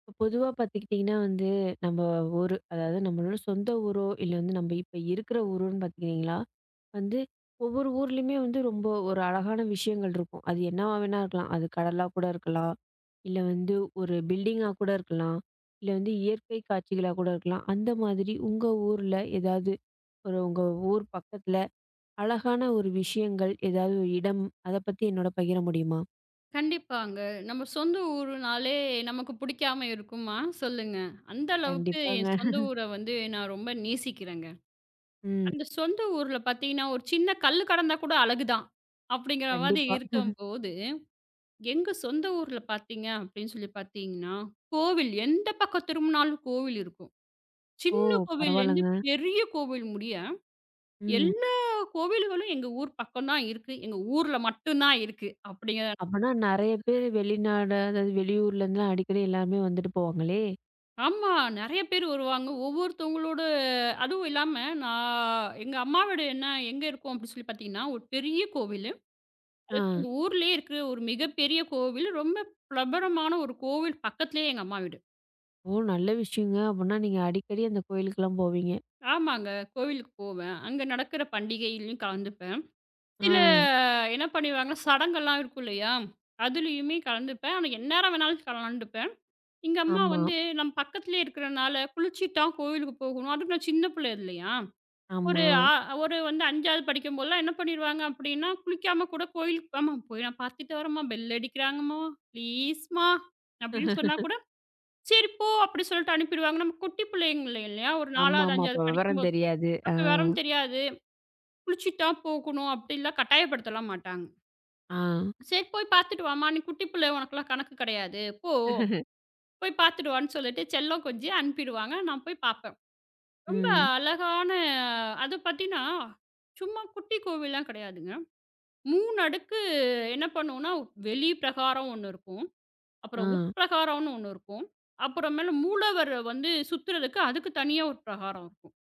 இப்ப பொதுவா பார்த்துக்கிட்டிங்கன்னா வந்து, நம்ம ஊரு, அதாவது நம்மளோட சொந்த ஊரோ, இல்ல வந்து நம்ம இப்ப இருக்கிற ஊரோன்னு பார்த்துக்கிட்டிங்களா, வந்து ஒவ்வொரு ஊர்லயுமே வந்து ரொம்ப ஒரு அழகான விஷயங்கள் இருக்கும். அது என்னவா வேணா இருக்கலாம். அது கடலா கூட இருக்கலாம். இல்ல வந்து ஒரு பில்டிங்கா கூட இருக்கலாம். இல்ல வந்து இயற்கை காட்சிகளா கூட இருக்கலாம். அந்த மாதிரி உங்க ஊர்ல ஏதாவது ஒரு உங்க ஊர் பக்கத்துல அழகான ஒரு விஷயங்கள், ஏதாவது ஒரு இடம், அத பத்தி என்னோட பகிர முடியுமா? கண்டிப்பாங்க. நம்ம சொந்த ஊருனாலே நமக்கு புடிக்காம இருக்குமா? சொல்லுங்க. அந்த அளவுக்கு கண்டிப்பாங்க. என் சொந்த ஊர வந்து நான் ரொம்ப நேசிக்கிறேங்க. ம். அந்த சொந்த ஊர்ல பார்த்தீங்கன்னா, ஒரு சின்ன கல்லு கடந்தா கூட அழகு தான். அப்படிங்கிற மாதிரி கண்டிப்பா. இருக்கும்போது, எங்க சொந்த ஊர்ல பார்த்தீங்க அப்படின்னு சொல்லி பார்த்தீங்கன்னா, கோவில் எந்த பக்கம் திரும்புனாலும் கோவில் இருக்கும். ஓ! சின்ன கோவில்லேருந்து பரவால்லங்க. பெரிய கோவில் முடிய, ம். எல்லா கோவில்களும் எங்க ஊர் பக்கம் தான் இருக்கு. எங்க ஊர்ல மட்டும் தான் இருக்கு. அப்பன்னா நெறைய பேர் வெளிநாடு, அதாவது வெளியூர்லேருந்துலாம் அடிக்கடி எல்லாருமே வந்துட்டு போவாங்களே! ஆமா. நெறைய பேர் வருவாங்க. ஒவ்வொருத்தவங்களோட அதுவும் இல்லாம, நான் எங்க அம்மா வீடு என்ன எங்க இருக்கும் அப்டி சொல்லி பார்த்தீங்கன்னா, ஒரு பெரிய கோவிலு. ஆ. அதாச்சும் எங்க ஊர்லயே இருக்கிற ஒரு மிகப்பெரிய கோவில். ரொம்ப பிரபலமான ஒரு கோவில் பக்கத்திலேயே எங்க அம்மா வீடு. ஓ! நல்ல விஷயங்க. அப்பன்னா நீங்க அடிக்கடி அந்த கோயிலுக்கெல்லாம் போவீங்க. ஆமாங்க. கோவிலுக்கு போவேன். அங்க நடக்கிற பண்டிகையிலயும் கலந்துப்பேன். சில ஆ. என்ன பண்ணிடுவாங்க, சடங்கெல்லாம் இருக்கும் இல்லையா? அதுலயுமே கலந்துப்பேன். ஆனா, எந்நேரம் வேணாலும் கலந்துப்பேன். எங்க அம்மா ஆமா, வந்து நம்ம பக்கத்திலேயே இருக்கிறனால, குளிச்சுட்டு தான் கோவிலுக்கு போகணும். அதுவும் நான் சின்ன பிள்ளை இல்லையா? ஒரு ஆமா. ஆ ஒரு வந்து 5வது படிக்கும்போதெல்லாம் என்ன பண்ணிருவாங்க அப்படின்னா, குளிக்காம கூட கோயிலுக்கு "அம்மா போய் நான் பார்த்துட்டு வரேம்மா, பெல் அடிக்கிறாங்கம்மா, ப்ளீஸ்மா" அப்படின்னு சொன்னா கூட, "சரி போ" அப்படி சொல்லிட்டு அனுப்பிடுவாங்க. நம்ம குட்டி பிள்ளைங்க இல்லையா? ஒரு 4வது, ஆமாமா. அப்ப 5வது விவரம் படிக்கும்போது. தெரியாது. ஆ, அப்ப விவரம் தெரியாது. குளிச்சுட்டு தான் போகணும் அப்படிலாம் கட்டாயப்படுத்தலாம் மாட்டாங்க. ஆ. "சரி போய் பார்த்துட்டு வாம்மா, நீ குட்டி பிள்ளை உனக்கெல்லாம் கணக்கு கிடையாது. போ, போய் பார்த்துட்டு வான்னு" சொல்லிட்டு செல்லம் கொஞ்சி அனுப்பிடுவாங்க. நான் போய் பார்ப்பேன். ரொம்ப ம். அழகான அது பார்த்தீங்கன்னா, சும்மா குட்டி கோவில்லாம் கிடையாதுங்க. 3 அடுக்கு என்ன பண்ணுவோம்னா, வெளி பிரகாரம் ஒண்ணு இருக்கும். ஆ. அப்புறம் உட்பிரகாரம்னு ஒண்ணு இருக்கும். அப்புறமேல மூலவர் வந்து சுத்துறதுக்கு அதுக்கு தனியா ஒரு பிரகாரம் இருக்கும்.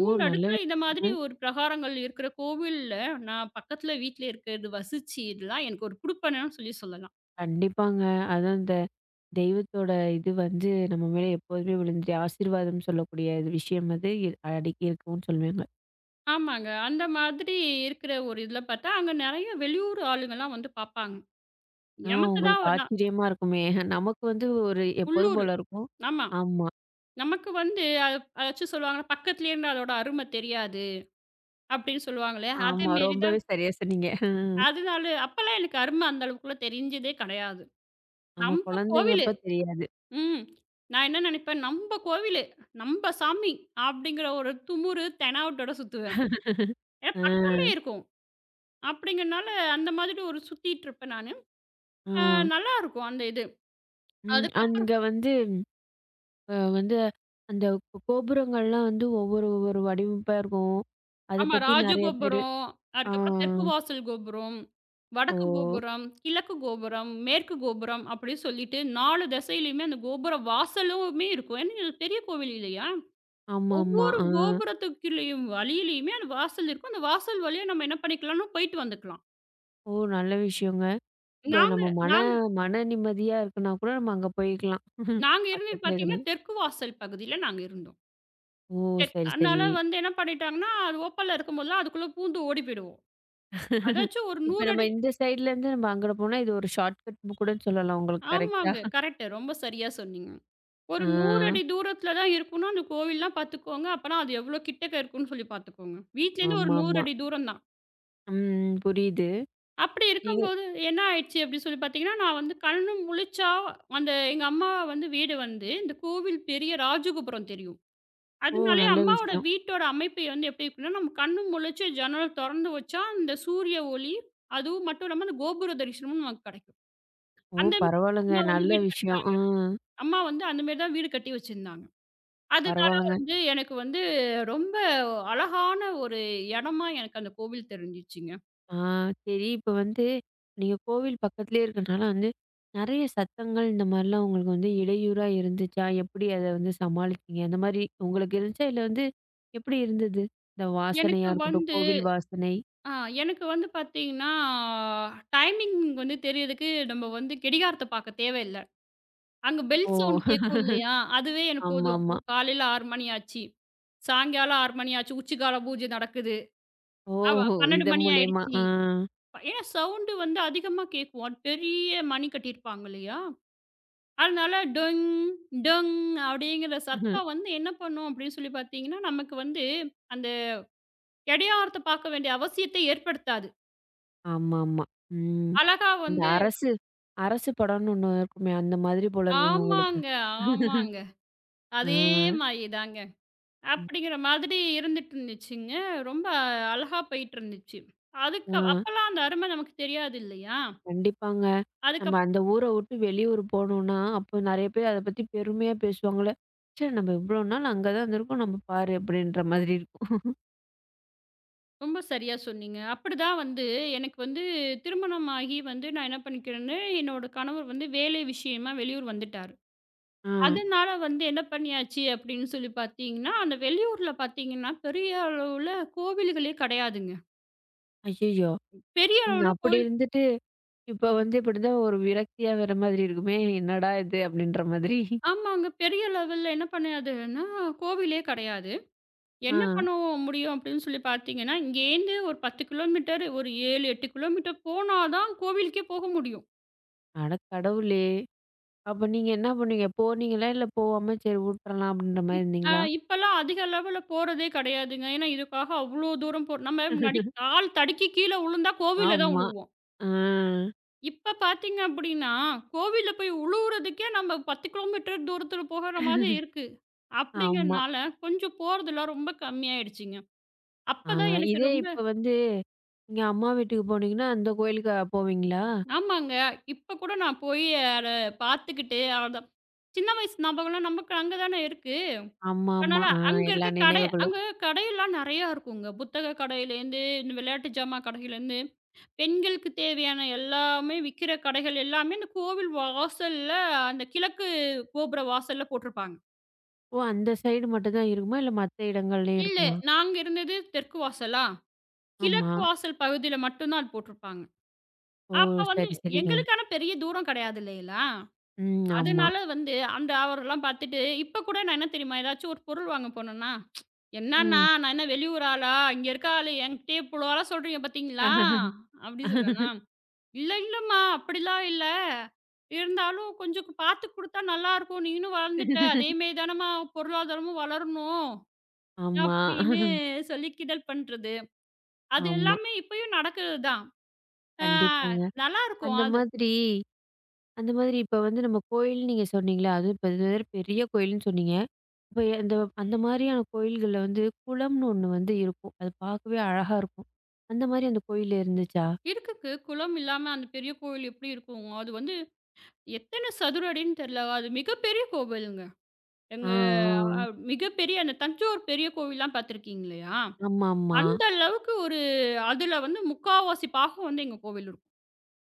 ஓ! நல்ல அடுக்குல இந்த மாதிரி விஷயங்க. ஒரு பிரகாரங்கள் இருக்கிற கோவில்ல, நான் பக்கத்துல வீட்ல இருக்கிறது வசிச்சு இதெல்லாம் எனக்கு ஒரு குடுப்பனன்னு சொல்லி சொல்லலாம். கண்டிப்பாங்க. அதான் இந்த தெய்வத்தோட இது வந்து நம்ம மேல எப்போதுமே விழுந்துட்டு ஆசீர்வாதம் சொல்லக்கூடிய விஷயம் அது அடக்கி இருக்கும்னு சொல்லுவேன். ஆமாங்க. அந்த மாதிரி இருக்கிற ஒரு இதுல பார்த்தா, அங்க நெறைய வெளியூர் ஆளுங்கலாம் வந்து பார்ப்பாங்க. ஆ எமக்கு தான் உங்களுக்கு நான் ஆச்சரியமா இருக்குமே! நமக்கு வந்து ஒரு எப்போதும் உள்ளூரு. போல இருக்கும். ஆமா. ஆமா, நமக்கு வந்து அத அதாச்சும் சொல்லுவாங்கல்ல, பக்கத்திலேருந்து அதோட அருமை தெரியாது. அப்படின்னு சொல்லுவாங்களே, அதே ஆமா. மாரி ரொம்பவே தான். சரியா சொன்னீங்க. அதனால அப்பலாம் எனக்கு அரும அந்த அளவுக்குலாம் தெரிஞ்சதே கிடையாது. ஆமா நம்ப கோவிலு. குழந்தைங்கப்ப தெரியாது. ம். நான் என்ன நினைப்பேன், நம்ப கோவிலு, நம்ப சாமி அப்படிங்கிற ஒரு துமுறு, தெனாவட்டோட சுத்துவேன். ஏன்னா அ, பக்கமே இருக்கும். அப்படிங்கிறனால அந்த மாதிரி ஒரு சுத்திட்டு இருப்பேன் நானு. ஆ. அ நல்லாருக்கும் அந்த இது. ம். அங்க அதுக்கப்புறம் வந்து வந்து அந்த கோபுரங்கள்லாம் வந்து ஒவ்வொரு ஒவ்வொரு வடிவமைப்பா இருக்கும். அத ஆமா. பத்தி நெறைய பேரு ராஜகோபுரம், ஆ. அதுக்கப்புறம் தெற்கு வாசல் கோபுரம், வடக்கு ஓ! கோபுரம், கிழக்கு கோபுரம், மேற்கு கோபுரம் அப்படின்னு சொல்லிட்டு 4 திசையிலயுமே அந்த கோபுர வாசலுமே இருக்கும். ஏன்னா இது பெரிய கோவில் இல்லையா? ஆமாமா. ஒவ்வொரு ஆ. கோபுரத்துக்குள்ளயும் வழியிலயுமே அந்த வாசல் இருக்கும். அந்த வாசல் வழியா நம்ம என்ன பண்ணிக்கலாம்னா போயிட்டு வந்துக்கலாம். ஓ! நல்ல விஷயங்க. இப்ப நாங்க நம்ம மன நாங்க மன நிம்மதியா இருக்குன்னா கூட நம்ம அங்க போயிக்கலாம். நாங்க இருந்தது பக்கத்துல பார்த்தீங்கன்னா, இருந்து. தெற்கு வாசல் பகுதியில நாங்க இருந்தோம். ஓ! சரி, சரி. அதனால வந்து என்ன பண்ணிட்டாங்கன்னா, அது ஓப்பன்ல இருக்கும்போதெல்லாம் அதுக்குள்ள பூந்து ஓடி போயிடுவோம். அதாச்சும் ஒரு இப்ப 100 நம்ம அடி இந்த சைடுலேருந்து நம்ம அங்கன போனா, இது ஒரு ஷார்ட்கட்ன்னு கூட சொல்லலாம் உங்களுக்கு கரெக்ட்டா? ஆமாங்க. கரெக்ட்டு. ரொம்ப சரியா சொன்னீங்க. ஆ ஒரு 100 அடி தூரத்தில தான் இருக்கும்னா, அந்த கோவில்லாம் பார்த்துக்கோங்க. அப்பனா அது எவ்வளோ கிட்டக்க இருக்குன்னு சொல்லி பார்த்துக்கோங்க. வீட்லேருந்து ஒரு 100 ஆமாமா. அடி தூரம் தான். ம் புரியுது. அப்படி நீங்க இருக்கும்போது என்ன ஆயிடுச்சு அப்படின்னு சொல்லி பார்த்தீங்கன்னா, நான் வந்து கண்ணு முழிச்சா அந்த எங்க அம்மா வந்து வீடு வந்து இந்த கோவில் பெரிய ராஜகோபுரம் தெரியும். ஓ! அதனாலயே நல்ல அம்மாவோட விஷயம். வீட்டோட அமைப்பு வந்து எப்படி இருக்குன்னா, நம்ம கண்ணு முழிச்சு ஜன்னல் தொறந்து வச்சா, அந்த சூரிய ஒளி அதுவும் மட்டும் இல்லாம அந்த கோபுர தரிசனமும் நமக்கு கிடைக்கும். ஓ! அந்த மாரி பரவால்லங்க. அம்மா வந்து நல்ல வீடு கட் விஷயம். ஆ அம்மா வந்து அந்த மாரி தான் வீடு கட்டி வச்சிருந்தாங்க. அதனால பரவால்லங்க. வந்து எனக்கு வந்து ரொம்ப அழகான ஒரு இடமா எனக்கு அந்த கோவில் தெரிஞ்சுச்சுங்க. ஆ சரி இப்ப வந்து நீங்க கோவில் பக்கத்திலேயே இருக்கனால வந்து, நெறைய சத்தங்கள் இந்த மாரிலாம் உங்களுக்கு வந்து இடையூறா இருந்துச்சா? எப்படி அத வந்து சமாளிச்சீங்க? அந்த மாரி உங்களுக்கு இருந்துச்சா? இல்ல வந்து எப்படி இருந்தது? இந்த எனக்கு வாசனையா இருக்கட்டும், வந்து கோவில் வாசனை. ஆ எனக்கு வந்து பார்த்தீங்கன்னா, டைமிங் வந்து தெரியறதுக்கு நம்ம வந்து கடிகாரத்த பார்க்க தேவையில்ல. அங்க பெல் ஓ! சவுண்ட் கேட்கும் இல்லையா? அதுவே எனக்கு போதும். ஆமாமா. ஓ காலையில 6 மணி ஆச்சு. சாயங்காலம் 6 மணி ஆச்சு. உச்சிக்கால பூஜை நடக்குது. அவ ஓஹோ! 12 இதன் மணி மூலியமா. ஆயிடுச்சு. ஆ. ஏன்னா சவுண்டு வந்து அதிகமா கேட்கும். அது பெரிய மணி கட்டியிருப்பாங்க இல்லையா? அதனால டொங் டொங் அப்படிங்கிற சத்தம் வந்து என்ன பண்ணும் அப்படின்னு சொல்லி பார்த்தீங்கன்னா, நமக்கு வந்து அந்த கடியாரத்த பார்க்க வேண்டிய அவசியத்தை ஏற்படுத்தாது. ஆமாமா. ம். அழகா அந்த வந்து அரசு அரசு படம்னு ஒண்ணு இருக்குமே, அந்த மாதிரி போல இருக்குங்க உங்களுக்கு. ஆமாங்க, ஆமாங்க. ஆ. அதே மாரி தாங்க. ம். அப்படிங்கிற மாதிரி இருந்துட்டு இருந்துச்சுங்க. ரொம்ப அழகா போயிட்டுருந்துச்சு. அதுக்கு ஆ. அப்பலாம் அந்த அருமை நமக்கு தெரியாது இல்லையா? கண்டிப்பாங்க. நம்ம அதுக்கப் அந்த ஊர விட்டு வெளியூர் போனோம்னா, அப்போ நெறைய பேர் அத பத்தி பெருமையா பேசுவாங்கல்ல. ச்சே! நம்ம இவ்வளோ நாள் அங்க தான் இருந்திருக்கோம். நம்ம பாரு அப்படின்ற மாதிரி இருக்கும். ரொம்ப சரியா சொன்னீங்க. அப்படிதான் வந்து எனக்கு வந்து திருமணமாகி வந்து நான் என்ன பண்ணிக்கிறேன்னு, என்னோட கணவர் வந்து வேலை விஷயமா வெளியூர் வந்துட்டாரு. ஆ. அதனால வந்து என்ன பண்ணியாச்சு அப்படின்னு சொல்லி பார்த்தீங்கன்னா, அந்த வெளியூர்ல பார்த்தீங்கன்னா, பெரிய அளவுல கோவில்களே கிடையாதுங்க. ஐயய்யோ! பெரிய நீங்க அளவுல அப்படி கோயில் இருந்துட்டு, இப்ப வந்து இப்படிதான் ஒரு விரக்தியா வர மாதிரி இருக்குமே. என்னடா இது அப்படின்ற மாதிரி. ஆமாங்க. பெரிய லெவல்ல என்ன பண்ணாதுன்னா, கோவிலே கிடையாது. ஆ. என்ன பண்ண முடியும் அப்படின்னு சொல்லி பார்த்தீங்கன்னா, இங்கேருந்து ஒரு 10 கிலோமீட்டர், ஒரு 7, 8 கிலோமீட்டர் போனா தான் கோவிலுக்கே போக முடியும். அட கடவுளே! அப்ப நீங்க என்ன பண்ணுவீங்க? போனீங்களா? இல்ல போவாம சரி வுட்டுறலாம் அப்படின்ற மாரி இப் அ இருந்தீங்களா? இப்பல்லாம் அதிக லெவல்ல போறதே கிடையாதுங்க. ஏன்னா இதுக்காக அவ்வளோ தூரம் போ நம்ம முன்னாடி கால் தடுக்கி கீழ விழுந்தா கோவில்ல தான் ஆமா. விழுவோம். ஆ. இப்ப பார்த்தீங்க அப்படின்னா, கோவில்ல போய் உழுவுறதுக்கே நம்ம 10 கிலோமீட்டர் தூரத்தில போகுற மாதிரி இருக்கு. ஆமா. அப்படிங்கிறனால கொஞ்சம் போறதெல்லாம் ரொம்ப கம்மியாயிடுச்சுங்க. ஆ அப்பதான் எனக்கு இதே ரொம்ப இப்ப வந்து நீங்க அம்மா வீட்டுக்கு போனீங்கன்னா, அந்த கோயிலுக்கு போவீங்களா? ஆமாங்க. இப்ப கூட நான் போய் அத பார்த்துக்கிட்டு அத சின்ன வயசு ஞாபகம்லாம் நமக்கு அங்க தானே இருக்கு. ஆமாமா. அதனால ஆ அங்க எல்லா இருக்க கடை நினைவுகளும். அங்க கடையெல்லாம் நெறையா இருக்குங்க. புத்தக கடையிலேருந்து, இந்த விளையாட்டு ஜாமான் கடையிலேருந்து, பெண்களுக்கு தேவையான எல்லாமே விக்கிற கடைகள் எல்லாமே இந்த கோவில் வாசல்ல அந்த கிழக்கு கோபுர வாசல்ல போட்டிருப்பாங்க. ஓ! அந்த சைடு மட்டும் தான் இருக்குமா? இல்ல மத்த இடங்கள்லயும் இல்ல. இருக்குமா? நாங்க இருந்தது தெற்கு வாசலா, ஆமா. கிழக்கு வாசல் பகுதியில மட்டும் தான் அது போட்டிருப்பாங்க. ஓ! அப்ப வந்து சரி, சரிங்க. எங்களுக்கு ஆனா பெரிய தூரம் கிடையாது இல்லைங்களா? ம். ஆமா. அதனால வந்து அந்த அவரெல்லாம் பார்த்துட்டு, இப்ப கூட நான் என்ன தெரியுமா? ஏதாச்சும் ஒரு பொருள் வாங்க போனேன்னா, "என்னாண்ணா, ம். நான் என்ன வெளியூர் ஆளா? இங்க இருக்க ஆளு என்கிட்டயே இவ்ளோலாம் சொல்றீங்க பார்த்தீங்களா?" அப்படி சொல்லுவேனா, "இல்ல, இல்லம்மா அப்படிலாம் இல்ல. இருந்தாலும் கொஞ்சம் பார்த்து குடுத்தா நல்லாயிருக்கும். நீனும் வளர்ந்துட்ட. அதே மாரி தானம்மா பொருளாதாரமும் வளரணும்." ஆமா. அப்படின்னு சொல்லி கிண்டல் பண்றது. அது ஆமா. எல்லாமே இப்பயும் நடக்குறது தான். அ கண்டிப்பாங்க. நல்லாருக்கும் அந்த அது. மாதிரி அந்த மாதிரி இப்ப வந்து நம்ம கோயில் நீங்க சொன்னீங்களா? அதுவும் இப்ப இது வேற பெரிய கோயில்ன்னு சொன்னீங்க. இப்ப அந்த அந்த மாதிரியான கோயில்கள்ல வந்து குளம்னு ஒண்ணு வந்து இருக்கும். அது பார்க்கவே அழகா இருக்கும். அந்த மாதிரி அந்த கோயில் இருந்துச்சா? இருக்குக்கு குளம் இல்லாம அந்த பெரிய கோவில் எப்படி இருக்கும்? அது வந்து எத்தன சதுர அடின்னு தெர்ல. அது மிகப்பெரிய கோவிலுங்க. ஆ, எங்க அ ஆ. மிகப்பெரிய அந்த தஞ்சாவூர் பெரிய கோவில்லாம் பார்த்துருக்கீங்க இல்லையா? ஆமாமா. அந்த அளவுக்கு ஒரு அதுல வந்து முக்காவாசி பாகம் வந்து எங்க கோவில் இருக்கும்.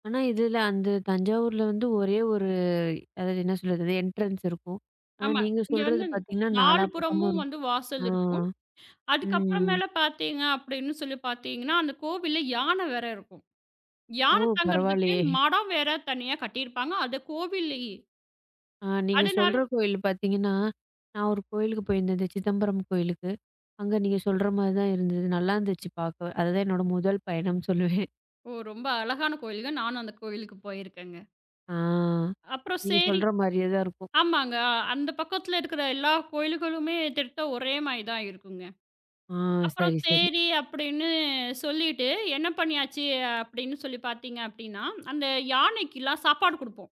ஆனா இதுல அந்த தஞ்சாவூர்ல வந்து ஒரே ஒரு அதாவது என்ன சொல்றது? அது என்ட்ரன்ஸ் இருக்கும். ஆனா ஆமா. நீங்க இங்க சொல்றது வந்து பார்த்தீங்கன்னா, நாலா 4 பக்கமும் புறமும் இருக்கும். வந்து வாசல் ஆ. இருக்கும். ம். அதுக்கப்புறமேல பார்த்தீங்க அப்படின்னு சொல்லி பார்த்தீங்கன்னா, அந்த கோவில்ல யானை வேற இருக்கும். ஓ! யானை தங்குறதுக்கு பரவாயில்லையே! மடம் வேற தனியா கட்டியிருப்பாங்க. அது கோவில்லயே. ஆ நீங்க அதனால சொல்ற கோயில் பார்த்தீங்கன்னா, நான் ஒரு கோயிலுக்கு போயிருந்தேன். இந்த சிதம்பரம் கோயிலுக்கு. அங்க நீங்க சொல்ற மாரி தான் இருந்தது. நல்லாருந்துச்சு பார்க்க. அதுதான் என்னோட முதல் பயணம்னு சொல்லுவேன். ஓ! ரொம்ப அழகான கோயிலுங்க. நானும் அந்த கோயிலுக்கு போயிருக்கேங்க. ஆ. அப்புறம் நீங்க சரி சொல்ற மாரியே தான் இருக்கும். ஆமாங்க. அந்த பக்கத்துல இருக்கிற எல்லா கோயில்களுமே திட்ட ஒரே மாரி தான் இருக்குங்க. ஆ அப்புறம் சரி, சரி. சரி அப்படின்னு சொல்லிட்டு என்ன பண்ணியாச்சு அப்படின்னு சொல்லி பார்த்தீங்க அப்படின்னா, அந்த யானைக்குலாம் சாப்பாடு குடுப்போம்.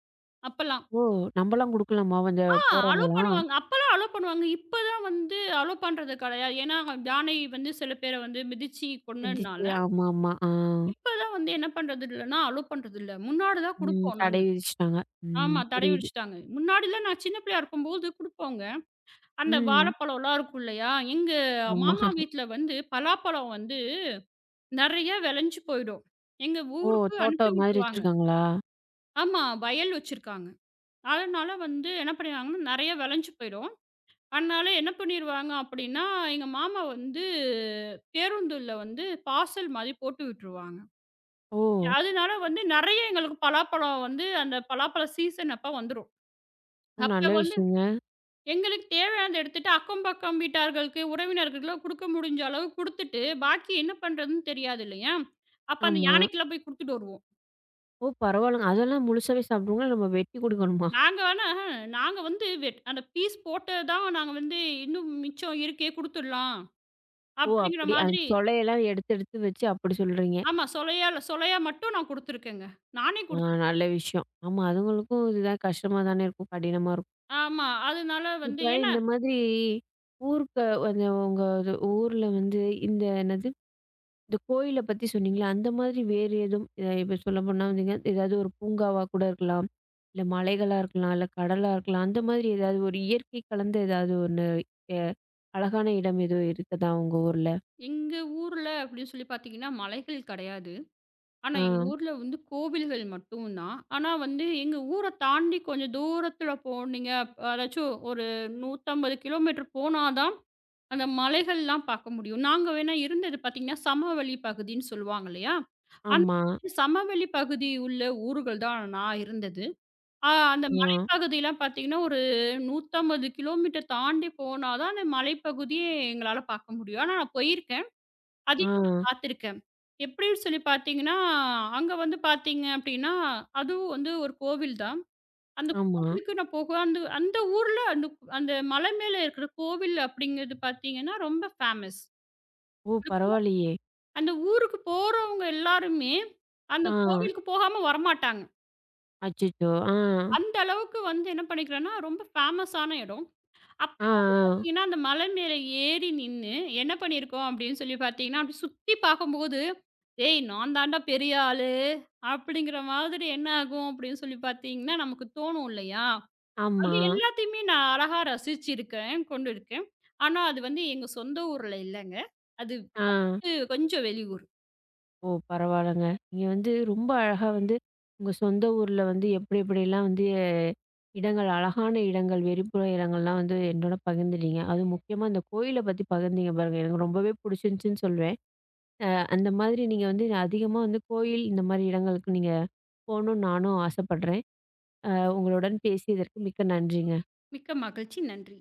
அப்பலாம். ஓ! நம்பலாம் குடுக்கலாமா? கொஞ்சம் ஆ அலோவ் போறவங்கலாம். பண்ணுவாங்க. அப்பலாம் அலோவ் பண்ணுவாங்க. இப்ப தான் வந்து அலோவ் பண்றது கிடையாது. ஏன்னா யானை வந்து சில பேர வந்து மிதிச்சு இடிச்சு கொன்னதுனால ஆமாமா. ஆ. இப்பலாம் வந்து என்ன பண்றது இல்லன்னா, அலோ பண்றது இல்ல. முன்னாடி தான் ம். குடுப்போம் தடை நாங்க. விதிச்சுட்டாங்க. ம். ஆமா தடவி புரியுது. வச்சுட்டாங்க. முன்னாடிலாம் நான் சின்ன பிள்ளையா இருக்கும்போது குடுப்போங்க. அந்த ம். வாழைப்பழம்லாம் இருக்கும் இல்லையா? எங்க ஆமா. மாமா வீட்ல வந்து பலாப்பழம் வந்து நெறைய விளைஞ்சு போயிடும். எங்க ஓ! ஊருக்கு அனுப்பி தோட்டம் மாதிரி விட்டுருவாங்க. வச்சிருக்காங்களா? ஆமா வயல் வச்சிருக்காங்க. அதனால வந்து என்ன பண்ணிடுவாங்கன்னா, நெறைய விளைஞ்சு போயிடும். அதனால என்ன பண்ணிருவாங்க அப்படின்னா, எங்க மாமா வந்து பேருந்துல வந்து பார்சல் மாரி போட்டு விட்டுருவாங்க. ஓ! அதனால வந்து நெறைய எங்களுக்கு பலாப்பழம் வந்து அந்த பலாப்பழ சீசன் அப்ப வந்துரும். ஓ! அப்ப நல்ல வந்து விஷயங்க. எங்களுக்கு தேவையானத எடுத்துட்டு அக்கம் பக்கம் வீட்டார்களுக்கு, உறவினர்களுக்குலாம் குடுக்க முடிஞ்ச அளவு குடுத்துட்டு, பாக்கி என்ன பண்றதுன்னு தெரியாது இல்லையா? அப்ப அந்த ஆமா. யானைக்குலாம் போய் குடுத்துட்டு வருவோம். ஓ! பரவால்லங்க. அதெல்லாம் முழுசாவே சாப்பிடுவீங்களா? இல்ல நம்ம வெட்டி குடுக்கணுமா? நாங்க ஆனா நாங்க வந்து வெட் அந்த பீஸ் போட்டது தான் நாங்க வந்து இன்னும் மிச்சம் இருக்கே குடுத்துடலாம். ஓ! அப்படிங்கிற அப்படி அந்த மாதிரி சொலையெல்லாம் எடுத்து எடுத்து வச்சு அப்படி சொல்றீங்க. ஆமா. சொலையால சொலையா மட்டும் நான் குடுத்துருக்கேங்க. நானே ஆ குடுத்துருக்கேன். நல்ல விஷயம். ஆமா, அதுங்களுக்கும் இதுதான் கஷ்டமா தானே இருக்கும். கடினமா இருக்கும். ஆமா. அதனால இப்ப வந்து ஏன்னா இந்த மாதிரி ஊருக்கு அந்த உங்க இது ஊர்ல வந்து இந்த என்னது, இந்த கோயில பத்தி சொன்னீங்கல்ல, அந்த மாதிரி வேறு எதுவும் இப்ப சொல்லப்போனா வந்தீங்க, ஏதாவது ஒரு பூங்காவா கூட இருக்கலாம். இல்ல மலைகளா இருக்கலாம். இல்ல கடலா இருக்கலாம். அந்த மாதிரி ஏதாவது ஒரு இயற்கை கலந்த ஏதாவது ஒண்ணு அ அழகான இடம் எதுவும் இருக்குதா உங்க ஊர்ல? எங்க ஊர்ல அப்படின்னு சொல்லி பாத்தீங்கன்னா மலைகள் கெடையாது. ஆனா, ஆ. எங்க ஊர்ல வந்து கோவில்கள் மட்டும் தான். ஆனா வந்து எங்க ஊர தாண்டி கொஞ்சம் தூரத்துல போனீங்க அதாச்சும் ஒரு 150 கிலோமீட்டர் போனா தான், அந்த மலைகள்லாம் பார்க்க முடியும். நாங்க வேணா இருந்தது பார்த்தீங்கன்னா, சமவெளி பகுதின்னு சொல்லுவாங்க இல்லையா? அந்த ஆமா. சமவெளி பகுதி உள்ள ஊர்கள் தான் நான் இருந்தது. அந்த ஆ. மலைப்பகுதிலாம் பார்த்தீங்கன்னா, ஒரு 150 கிலோமீட்டர் தாண்டி போனா தான் அந்த மலைப்பகுதியே எங்களால பார்க்க முடியும். ஆனா நான் போயிருக்கேன். அதையும் நான் ஆ. பார்த்துருக்கேன். எப்படின்னு சொல்லி பார்த்தீங்கன்னா, அங்க வந்து பார்த்தீங்க அப்படின்னா, அதுவும் வந்து ஒரு கோவில் தான். அந்த ஆமா. கோவிலுக்கு நான் போக அந்த அந்த ஊர்ல அந்த அந்த மலை மேல இருக்கிற கோவில் அப்படிங்கிறது பார்த்தீங்கன்னா, ரொம்ப ஃபேமஸ். ஓ! பரவாயில்லையே. அந்த ஊருக்கு போறவங்க எல்லாருமே, அந்த ஆ. கோவிலுக்கு போகாம வரமாட்டாங்க. அச்சச்சோ! ஆ. அந்த அளவுக்கு வந்து என்ன பண்ணிக்கிறேன்னா, ரொம்ப ஃபேமஸான இடம். அப் ஆ, ஆ. பார்த்தீங்கன்னா, அந்த மலை மேல ஏறி நின்னு என்ன பண்ணியிருக்கோம் அப்படின்னு சொல்லி பார்த்தீங்கன்னா, அப்படி சுத்தி பார்க்கும்போது, "ஏய் நான் தான்டா பெரிய ஆளு" அப்படிங்கிற மாதிரி என்ன ஆகும் அப்படின்னு சொல்லி பார்த்தீங்கன்னா, நமக்கு தோணும் இல்லையா? ஆமா. அது எல்லாத்தையுமே நான் அழகா ரசிச்சிருக்கேன், கொண்டு இருக்கேன். ஆனா அது வந்து எங்க சொந்த ஊர்ல இல்லங்க. அது ஆ. வந்து கொஞ்சம் வெளியூர். ஓ! பரவாயில்லங்க. நீங்க வந்து ரொம்ப அழகா வந்து உங்க சொந்த ஊர்ல வந்து எப்படி எப்படிலாம் வந்து இடங்கள் அழகான இடங்கள், வெறிப்புற இடங்கள்லாம் வந்து என்னோட பகிர்ந்துட்டீங்க. அதுவும் முக்கியமா இந்த கோயில பத்தி பகிர்ந்தீங்க பாருங்க. எனக்கு ரொம்பவே புடிச்சிருந்துச்சுன்னு சொல்வேன். அந்த மாதிரி நீங்க வந்து அதிகமா வந்து கோயில் இந்த மாரி இடங்களுக்கு நீங்க போணும்னு நானும் ஆசைப்படுறேன். அ உங்களுடன் பேசியதற்கு மிக்க நன்றி. மிக்க மகிழ்ச்சி. நன்றி.